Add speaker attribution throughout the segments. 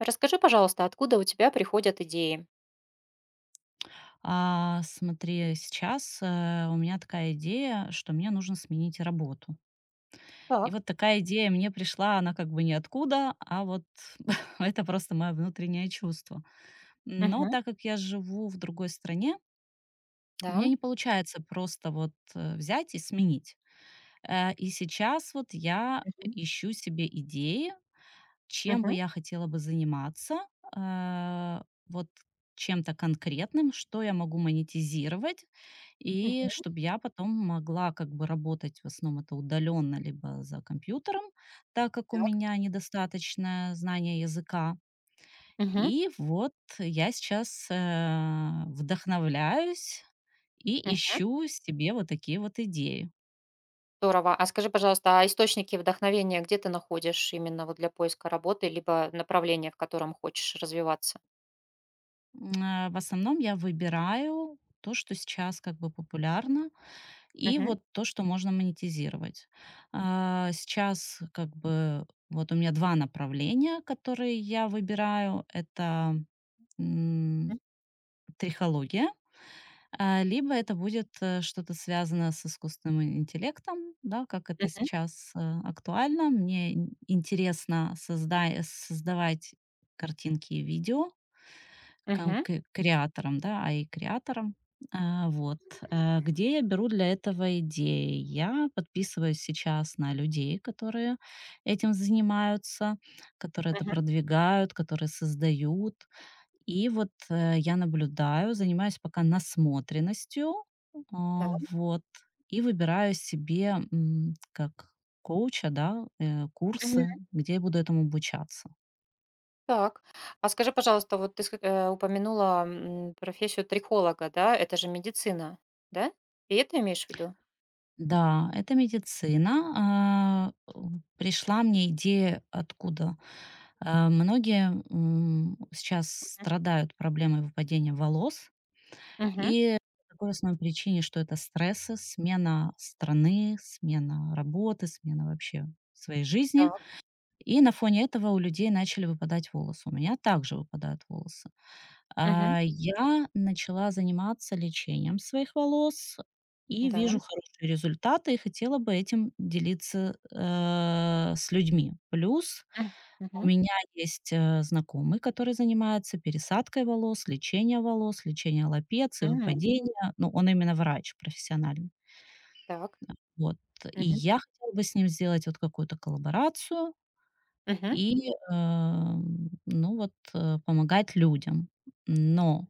Speaker 1: Расскажи, пожалуйста, откуда у тебя приходят идеи?
Speaker 2: Смотри, сейчас, у меня такая идея, что мне нужно сменить работу. И
Speaker 1: Так.
Speaker 2: вот такая идея мне пришла, она как бы ниоткуда, а вот это просто мое внутреннее чувство. Но
Speaker 1: Мгм.
Speaker 2: так как я живу в другой стране, у меня
Speaker 1: Да.
Speaker 2: не получается просто вот, взять и сменить. И сейчас вот я
Speaker 1: Мгм.
Speaker 2: ищу себе идеи. Чем бы
Speaker 1: Мгм.
Speaker 2: я хотела бы заниматься? Э, вот чем-то конкретным, что я могу монетизировать, и
Speaker 1: Мгм.
Speaker 2: чтобы я потом могла как бы работать, в основном это удаленно, либо за компьютером, так как у
Speaker 1: Так.
Speaker 2: меня недостаточное знание языка.
Speaker 1: Мгм.
Speaker 2: И вот я сейчас вдохновляюсь и
Speaker 1: Мгм.
Speaker 2: ищу себе вот такие вот идеи.
Speaker 1: Здорово. А скажи, пожалуйста, источники вдохновения где ты находишь именно вот для поиска работы, либо направления, в котором хочешь развиваться?
Speaker 2: В основном я выбираю то, что сейчас как бы популярно, и
Speaker 1: Мгм.
Speaker 2: вот то, что можно монетизировать. Сейчас как бы вот у меня 2 направления, которые я выбираю. Это, м,
Speaker 1: Мгм.
Speaker 2: трихология, либо это будет, что-то связанное с искусственным интеллектом, да, как это
Speaker 1: Мгм.
Speaker 2: сейчас, актуально. Мне ин интересно создай создавать картинки и видео. Кам
Speaker 1: Мгм.
Speaker 2: к креатором, да, AI-креатором. А, вот, Где я беру для этого идеи? Я подписываюсь сейчас на людей, которые этим занимаются, которые это
Speaker 1: Мгм.
Speaker 2: продвигают, которые создают. И вот, я наблюдаю, занимаюсь пока насмотренностью,
Speaker 1: Да.
Speaker 2: а, вот, и выбираю себе, как коуча, да,
Speaker 1: Мгм.
Speaker 2: курсы, где я буду этому обучаться.
Speaker 1: Так. А скажи, пожалуйста, вот упомянула профессию трихолога, да? Это же медицина, да? И это имеешь в виду?
Speaker 2: Да, это медицина. А, у Пришла мне идея откуда. Многие сейчас страдают проблемой выпадения волос.
Speaker 1: Мгм.
Speaker 2: И по такой основной причине, что это стрессы, смена страны, смена работы, смена вообще своей жизни.
Speaker 1: Так.
Speaker 2: И на фоне этого у людей начали выпадать волосы. У меня также выпадают волосы.
Speaker 1: Мгм.
Speaker 2: Я начала заниматься лечением своих волос и
Speaker 1: Да.
Speaker 2: вижу хорошие результаты, и хотела бы этим делиться, с людьми. Плюс
Speaker 1: М.
Speaker 2: у
Speaker 1: Мгм.
Speaker 2: меня есть, знакомый, который занимается пересадкой волос, лечением лапеции,
Speaker 1: М.
Speaker 2: выпадения. Ну, он именно врач профессиональный.
Speaker 1: Так.
Speaker 2: Вот. И
Speaker 1: Мгм.
Speaker 2: я хотела бы с ним сделать вот какую-то коллаборацию
Speaker 1: Мгм.
Speaker 2: и, помогать людям. Но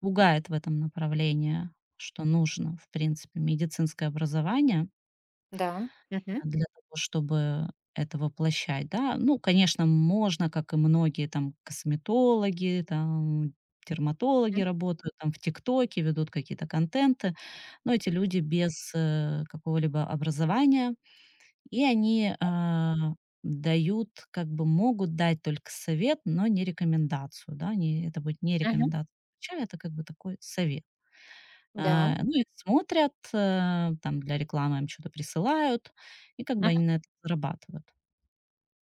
Speaker 2: пугает в этом направлении, что нужно, в принципе, медицинское образование
Speaker 1: Да. Мгм.
Speaker 2: для того, чтобы это воплощать, да. Ну, конечно, можно, как и многие там косметологи, там дерматологи
Speaker 1: Мгм.
Speaker 2: работают, там в "Тиктоке" ведут какие-то контенты, но эти люди без, какого-либо образования, и они, дают, как бы могут дать только совет, но не рекомендацию, да. Не это будет не
Speaker 1: Мгм.
Speaker 2: рекомендация врача, это как бы такой совет.
Speaker 1: Да.
Speaker 2: Ну, их смотрят, там для рекламы им что то присылают, и как бы они
Speaker 1: Мгм.
Speaker 2: на это зарабатывают.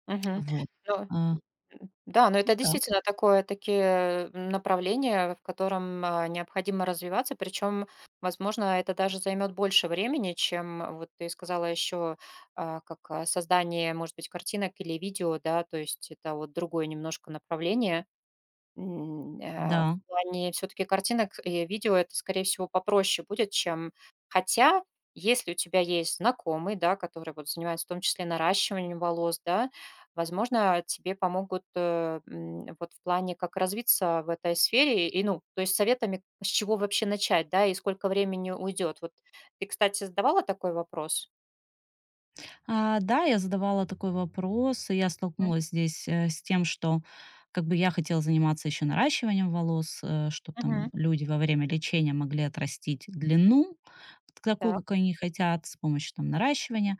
Speaker 1: Мгм.
Speaker 2: Вот.
Speaker 1: Но,
Speaker 2: А,
Speaker 1: но
Speaker 2: ну
Speaker 1: это
Speaker 2: да,
Speaker 1: действительно такое такие направления, в котором, необходимо развиваться. Причем, возможно, это даже займет больше времени, чем вот ты сказала еще, создание, может быть, картинок или видео, да. То есть это вот другое немножко направление.
Speaker 2: да.
Speaker 1: В плане все таки картинок и видео это, скорее всего, попроще будет, чем хотя, если у тебя есть знакомый, да, который вот занимается в том числе наращиванием волос, да, возможно, тебе помогут, вот в плане, как развиться в этой сфере. И, ну, то есть советами, с чего вообще начать, да, и сколько времени уйдет. Вот ты, кстати, задавала такой вопрос?
Speaker 2: Да, я задавала такой вопрос, и я
Speaker 1: М,
Speaker 2: столкнулась здесь, с тем, что как бы я хотела заниматься еще наращиванием волос, чтоб там
Speaker 1: мгм.
Speaker 2: люди во время лечения могли отрастить длину, т такую,
Speaker 1: Так.
Speaker 2: какую они хотят, с помощью там наращивания.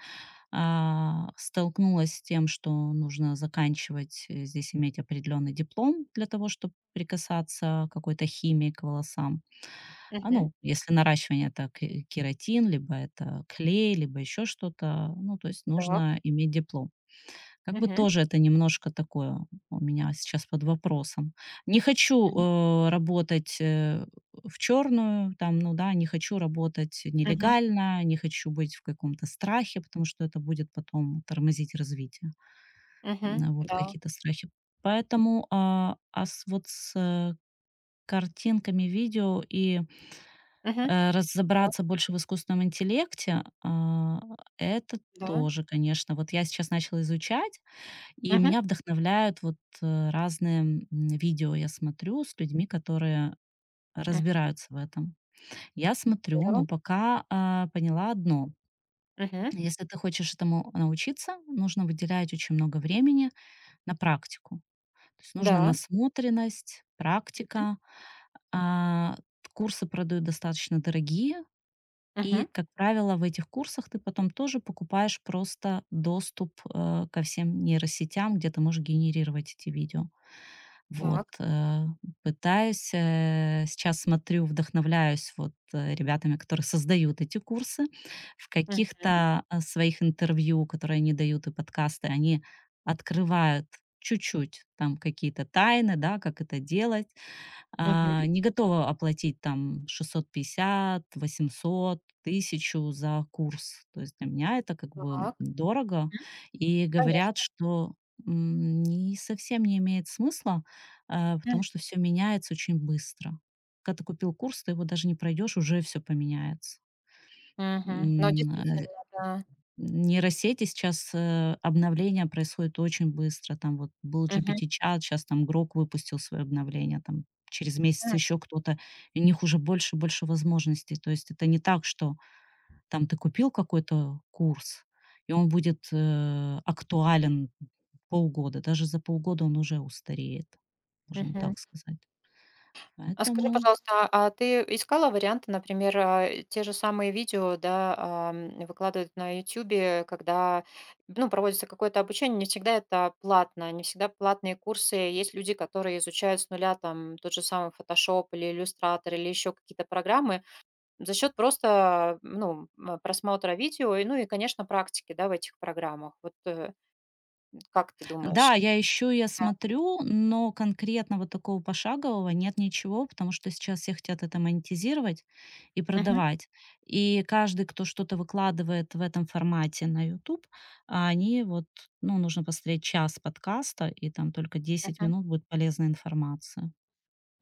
Speaker 2: Столкнулась с тем, что нужно заканчивать, здесь иметь определенный диплом для того, чтобы прикасаться к какой-то химии к волосам.
Speaker 1: Мгм.
Speaker 2: Ну, если это ке кератин, либо это клей, либо еще что-то, ну, то есть
Speaker 1: Так.
Speaker 2: нужно иметь диплом. Как бы
Speaker 1: Мгм.
Speaker 2: тоже это немножко такое у меня сейчас под вопросом. Не хочу,
Speaker 1: Мгм.
Speaker 2: работать, в черную, там, ну да, не хочу работать
Speaker 1: Мгм.
Speaker 2: нелегально, не хочу быть в каком-то страхе, потому что это будет потом тормозить развитие.
Speaker 1: Мгм.
Speaker 2: Вот
Speaker 1: Да.
Speaker 2: какие-то страхи. Поэтому, с вот с картинками, видео и,
Speaker 1: Мгм. Да,
Speaker 2: разобраться больше в искусственном интеллекте, это
Speaker 1: да.
Speaker 2: тоже, конечно. Вот я сейчас начала изучать и
Speaker 1: Мгм.
Speaker 2: меня вдохновляют вот, разные, видео я смотрю с людьми, которые
Speaker 1: Мгм.
Speaker 2: разбираются в этом. Я смотрю,
Speaker 1: Здорово.
Speaker 2: но пока, поняла одно:
Speaker 1: Мгм.
Speaker 2: если ты хочешь этому научиться, нужно выделять очень много времени на практику. То есть нужна
Speaker 1: Да.
Speaker 2: насмотренность,
Speaker 1: Мгм.
Speaker 2: практика. А, Курсы продают достаточно дорогие, и,
Speaker 1: Мгм.
Speaker 2: как правило, в этих курсах ты потом тоже покупаешь просто доступ, ко всем нейросетям, где ты можешь генерировать эти видео. Вот,
Speaker 1: Так.
Speaker 2: э, Пытаюсь, сейчас смотрю, вдохновляюсь вот, ребятами, которые создают эти курсы. В
Speaker 1: Мгм.
Speaker 2: каких-то, своих интервью, которые они дают, и подкасты, они открывают чуть-чуть там какие-то тайны, да, как это делать.
Speaker 1: Мгм.
Speaker 2: Не готова оплатить там 650, 800, 1000 за курс. То есть для меня это как бы
Speaker 1: Так.
Speaker 2: дорого.
Speaker 1: М,
Speaker 2: И говорят,
Speaker 1: конечно.
Speaker 2: что не совсем не имеет смысла, потому
Speaker 1: М.
Speaker 2: что все меняется очень быстро. Когда ты купил курс, ты его даже не пройдешь, уже все поменяется.
Speaker 1: Мгм. Но
Speaker 2: М, а,
Speaker 1: действительно, да.
Speaker 2: Нейросети сейчас, обновления происходят очень быстро. Там вот был
Speaker 1: Мгм.
Speaker 2: GPT-чат, сейчас там "Грок" выпустил свое обновление, там через месяц
Speaker 1: М.
Speaker 2: еще кто-то. И у них уже больше и больше возможностей. То есть это не так, что там ты купил какой-то курс, и он будет, актуален полгода. Даже за полгода он уже устареет, можно
Speaker 1: Мгм.
Speaker 2: так сказать.
Speaker 1: А скажи,
Speaker 2: Поэтому
Speaker 1: пожалуйста, ты искала варианты, например, те же самые видео, да, выкладывают на ютубе когда, ну, проводится какое-то обучение. Не всегда это платно, не всегда платные курсы. Есть люди, которые изучают с нуля там тот же самый "Фотошоп" или "Иллюстратор", или еще какие-то программы. За счет просто, ну, просмотра видео и, ну, и, конечно, практики, да, в этих программах. Вот, как ты
Speaker 2: да,
Speaker 1: думаешь?
Speaker 2: я ищу, я
Speaker 1: Да.
Speaker 2: смотрю, но конкретно вот такого пошагового нет ничего, потому что сейчас все хотят это монетизировать и
Speaker 1: Мгм.
Speaker 2: продавать. И каждый, кто что-то выкладывает в этом формате на YouTube, а, они вот, ну, нужно посмотреть час подкаста, и там только 10
Speaker 1: Мгм.
Speaker 2: минут будет полезная информация.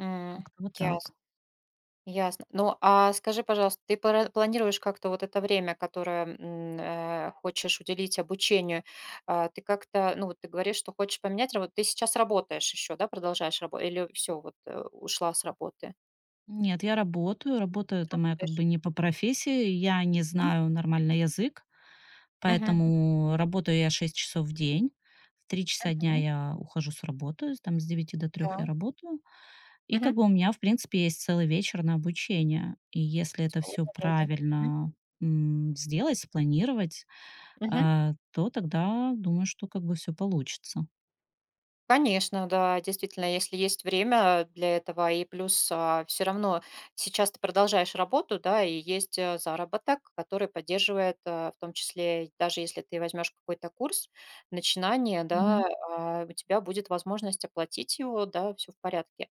Speaker 1: М.
Speaker 2: Как-то вот так.
Speaker 1: Ясно. Ясно. Ну, а скажи, пожалуйста, ты пара планируешь как-то вот это время, которое, хочешь уделить обучению, ты как-то, ну, вот ты говоришь, что хочешь поменять работу. Ты сейчас работаешь еще, да, продолжаешь рабо или все вот, ушла с работы?
Speaker 2: Нет, я работаю. Работа- это моя как
Speaker 1: Работаешь.
Speaker 2: бы не по профессии. Я не
Speaker 1: М.
Speaker 2: знаю нормально язык,
Speaker 1: Мгм.
Speaker 2: поэтому работаю я 6 часов в день. В 3 часа дня
Speaker 1: Мгм.
Speaker 2: я ухожу с работы, с там с 9 до 3 я
Speaker 1: Да.
Speaker 2: работаю. И
Speaker 1: Мгм.
Speaker 2: как бы у меня, в принципе, есть целый вечер на обучение. И если это все
Speaker 1: Свободное время. Мгм.
Speaker 2: правильно, сделать, спланировать,
Speaker 1: Мгм.
Speaker 2: то тогда думаю, что как бы все получится.
Speaker 1: Конечно, да, действительно, если есть время для этого, и плюс все равно сейчас ты продолжаешь работу, да, и есть заработок, который поддерживает, в том числе, даже если ты возьмешь какой-то курс, начинание, да,
Speaker 2: Мгм.
Speaker 1: у тебя будет возможность оплатить его, да, все в порядке.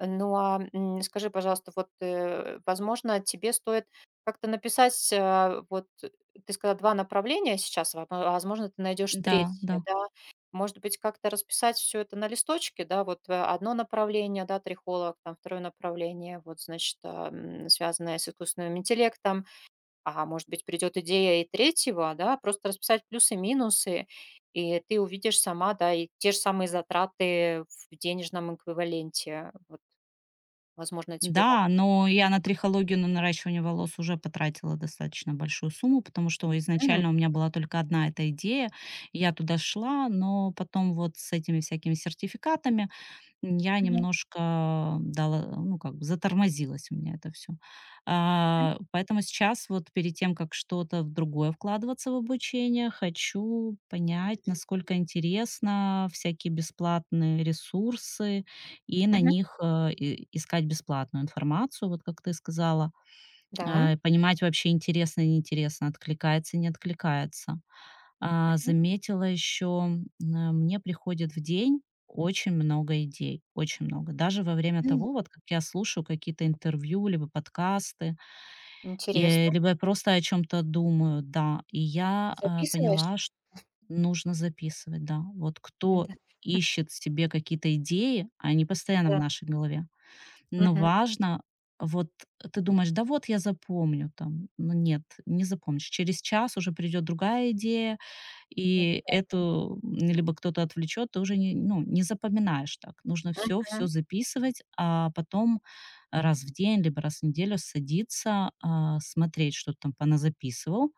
Speaker 1: Ну, скажи, пожалуйста, вот, возможно, тебе стоит как-то написать, вот ты сказала 2 направления сейчас, во а возможно, ты найдешь
Speaker 2: Да,
Speaker 1: третье,
Speaker 2: да.
Speaker 1: да. Может быть, как-то расписать все это на листочке, да, вот, 1-е направление, да, трихолог, там второе направление, вот, значит, связанное с искусственным интеллектом, может быть, придет идея и третьего, да. Просто расписать плюсы, минусы, и ты увидишь сама, да, и те же самые затраты в денежном эквиваленте. Вот. Возможно, тебе помо
Speaker 2: Да, но я на трихологию, на наращивание волос уже потратила достаточно большую сумму, потому что
Speaker 1: Мгм.
Speaker 2: изначально у меня была только одна эта идея. Я туда шла, но потом вот с этими всякими сертификатами я
Speaker 1: Мгм.
Speaker 2: немножко дала, ну, как бы затормозилось у меня это все,
Speaker 1: Мгм.
Speaker 2: поэтому сейчас вот перед тем, как что-то в другое вкладываться в обучение, хочу понять, насколько интересно всякие бесплатные ресурсы и на них, и искать бесплатную информацию, вот как ты сказала.
Speaker 1: Да.
Speaker 2: Понимать вообще интересно, неинтересно, откликается, не откликается.
Speaker 1: Мгм.
Speaker 2: Заметила еще, мне приходит в день очень много идей, очень много. Даже во время
Speaker 1: М.
Speaker 2: того, вот как я слушаю какие-то интервью, либо подкасты, и,
Speaker 1: Интересно.
Speaker 2: либо я просто о чем-то думаю, да. И я
Speaker 1: Записываешь?
Speaker 2: поняла, что нужно записывать, да. Вот кто
Speaker 1: Да,
Speaker 2: ищет себе какие-то идеи, они постоянно в
Speaker 1: да.
Speaker 2: нашей голове. Но
Speaker 1: Мгм.
Speaker 2: важно, вот ты думаешь, да вот я запомню там, но нет, не запомнишь. Через час уже придет другая идея,
Speaker 1: М.
Speaker 2: и эту либо кто-то отвлечет, ты уже не, ну, не запоминаешь так. Нужно все-все
Speaker 1: Мгм.
Speaker 2: записывать, а потом раз в день, либо раз в неделю садиться, смотреть, что ты там поназаписывал,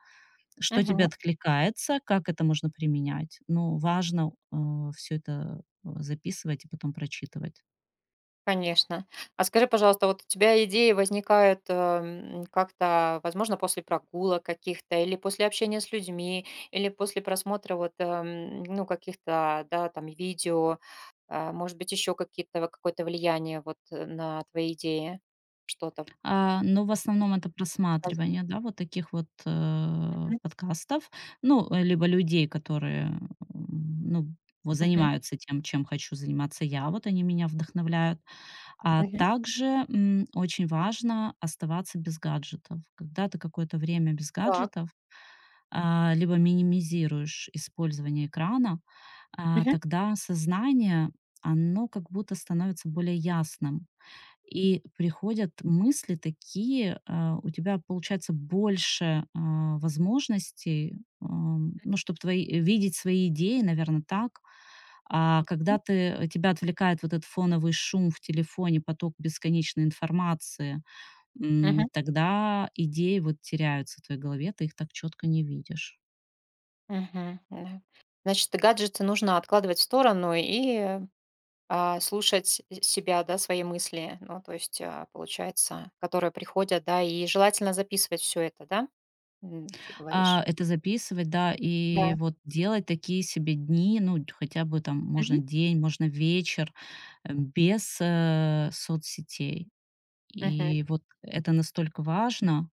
Speaker 2: что тебе
Speaker 1: Мгм.
Speaker 2: откликается, как это можно применять. Ну, важно все это записывать и потом прочитывать.
Speaker 1: Конечно. А скажи, пожалуйста, вот у тебя идеи возникают, как-то, возможно, после прогулок каких-то или после общения с людьми, или после просмотра вот, ну, каких-то, да, там, видео, может быть, еще какие-то какое-то влияние вот, на твои идеи что-то
Speaker 2: Но в основном это
Speaker 1: показывает?
Speaker 2: просматривание, да, вот таких вот,
Speaker 1: Мгм.
Speaker 2: подкастов. Ну, либо людей, которые, ну, вот
Speaker 1: Мгм.
Speaker 2: занимаются тем, чем хочу заниматься я. Вот они меня вдохновляют. А
Speaker 1: Мгм.
Speaker 2: также, очень важно оставаться без гаджетов. Когда ты какое-то время без
Speaker 1: Так.
Speaker 2: гаджетов, либо минимизируешь использование экрана,
Speaker 1: Мгм.
Speaker 2: тогда сознание, оно как будто становится более ясным. И приходят мысли такие, у тебя получается больше возможностей, ну, чтобы твои, видеть свои идеи, наверное, так. А когда
Speaker 1: Мгм.
Speaker 2: ты, тебя отвлекает вот этот фоновый шум в телефоне, поток бесконечной информации,
Speaker 1: Мгм.
Speaker 2: тогда идеи вот теряются в твоей голове, ты их так четко не видишь.
Speaker 1: Да. Значит, гаджеты нужно откладывать в сторону и, слушать с себя, да, свои мысли, ну, то есть, получается, которые приходят, да, и желательно записывать все это, да? Ты говоришь.
Speaker 2: Это записывать, да,
Speaker 1: Да.
Speaker 2: и вот делать такие себе дни, ну, хотя бы там можно
Speaker 1: Мгм.
Speaker 2: день, можно вечер, без соцсетей.
Speaker 1: Мгм.
Speaker 2: И вот это настолько важно.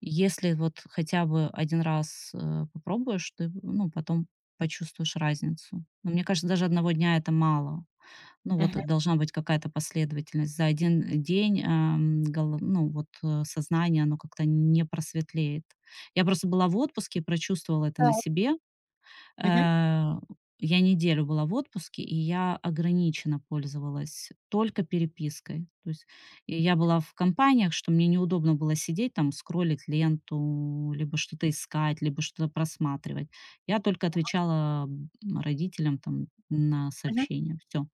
Speaker 2: Если вот хотя бы один раз, попробуешь, ты, ну, потом почувствуешь разницу. Но мне кажется, даже одного дня это мало. Ну, вот
Speaker 1: Мгм.
Speaker 2: э, должна быть какая-то последовательность. За один день, ам, гол ну, вот, сознание, оно как-то не просветлеет. Я просто была в отпуске и прочувствовала это на
Speaker 1: Так.
Speaker 2: себе.
Speaker 1: Мгм.
Speaker 2: Э, я неделю была в отпуске, и я ограниченно пользовалась только перепиской. То есть и я была в компаниях, что мне неудобно было сидеть там, скроллить ленту, либо что-то искать, либо что-то просматривать. Я только отвечала, родителям там на
Speaker 1: Мгм.
Speaker 2: сообщения. Все.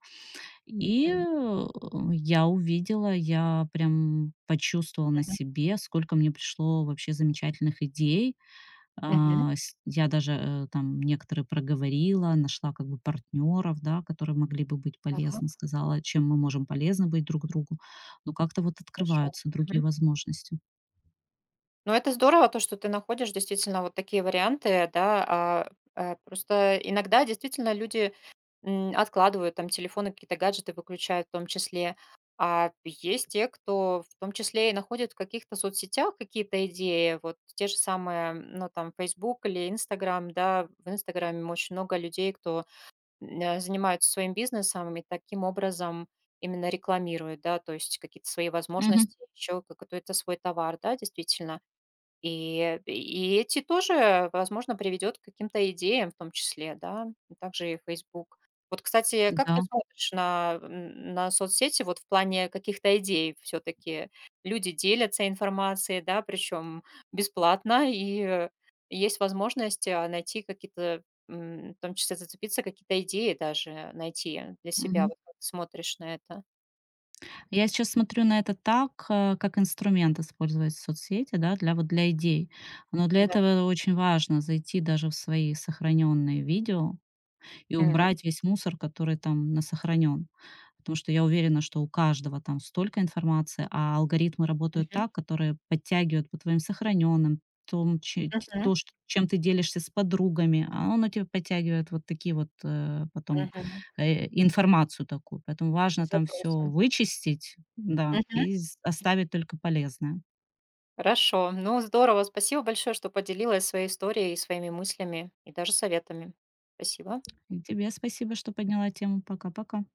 Speaker 2: И,
Speaker 1: Мгм.
Speaker 2: э, я увидела, я прям почувствовала на
Speaker 1: Мгм.
Speaker 2: себе, сколько мне пришло вообще замечательных идей.
Speaker 1: Мгм.
Speaker 2: А, с Я даже, там некоторые проговорила, нашла как бы партнеров, да, которые могли бы быть
Speaker 1: Так.
Speaker 2: полезны, сказала, чем мы можем полезны быть друг другу. Но как-то вот
Speaker 1: Хорошо.
Speaker 2: открываются другие
Speaker 1: Мгм.
Speaker 2: возможности.
Speaker 1: Ну, это здорово, то, что ты находишь действительно вот такие варианты, да. Просто иногда действительно люди откладывают там телефоны, какие-то гаджеты выключают в том числе. А есть те, кто в том числе и находит в каких-то соцсетях какие-то идеи, вот те же самые, ну, там, Facebook или Instagram, да, в Инстаграме очень много людей, кто занимаются своим бизнесом и таким образом именно рекламируют, да, то есть какие-то свои
Speaker 2: Мгм.
Speaker 1: возможности, еще какой-то свой товар, да, действительно. И эти тоже, возможно, приведет к каким-то идеям в том числе, да, и также и Facebook. Вот, кстати, как ты
Speaker 2: Да.
Speaker 1: смотришь на соцсети вот в плане каких-то идей? Все таки люди делятся информацией, да, причем бесплатно, и есть возможность, найти какие-то, в том числе зацепиться, какие-то идеи даже найти для себя.
Speaker 2: Мгм.
Speaker 1: Вот как ты смотришь на это?
Speaker 2: Я сейчас смотрю на это так, как инструмент использовать соцсети, да, для вот для идей. Но для
Speaker 1: Да.
Speaker 2: этого очень важно зайти даже в свои сохраненные видео и
Speaker 1: М.
Speaker 2: убрать весь мусор, который там насохранен. Потому что я уверена, что у каждого там столько информации, а алгоритмы работают
Speaker 1: Мгм.
Speaker 2: так, которые подтягивают по твоим сохраненным, том, че- т-
Speaker 1: Мгм.
Speaker 2: то, что- чем ты делишься с подругами, а оно тебе подтягивает вот такие вот
Speaker 1: Мгм.
Speaker 2: информацию такую. Поэтому важно там все
Speaker 1: Запросы.
Speaker 2: вычистить, да, и оставить только полезное.
Speaker 1: Хорошо. Ну, здорово. Спасибо большое, что поделилась своей историей и своими мыслями, и даже советами. Спасибо.
Speaker 2: И тебе спасибо, что подняла тему. Пока-пока.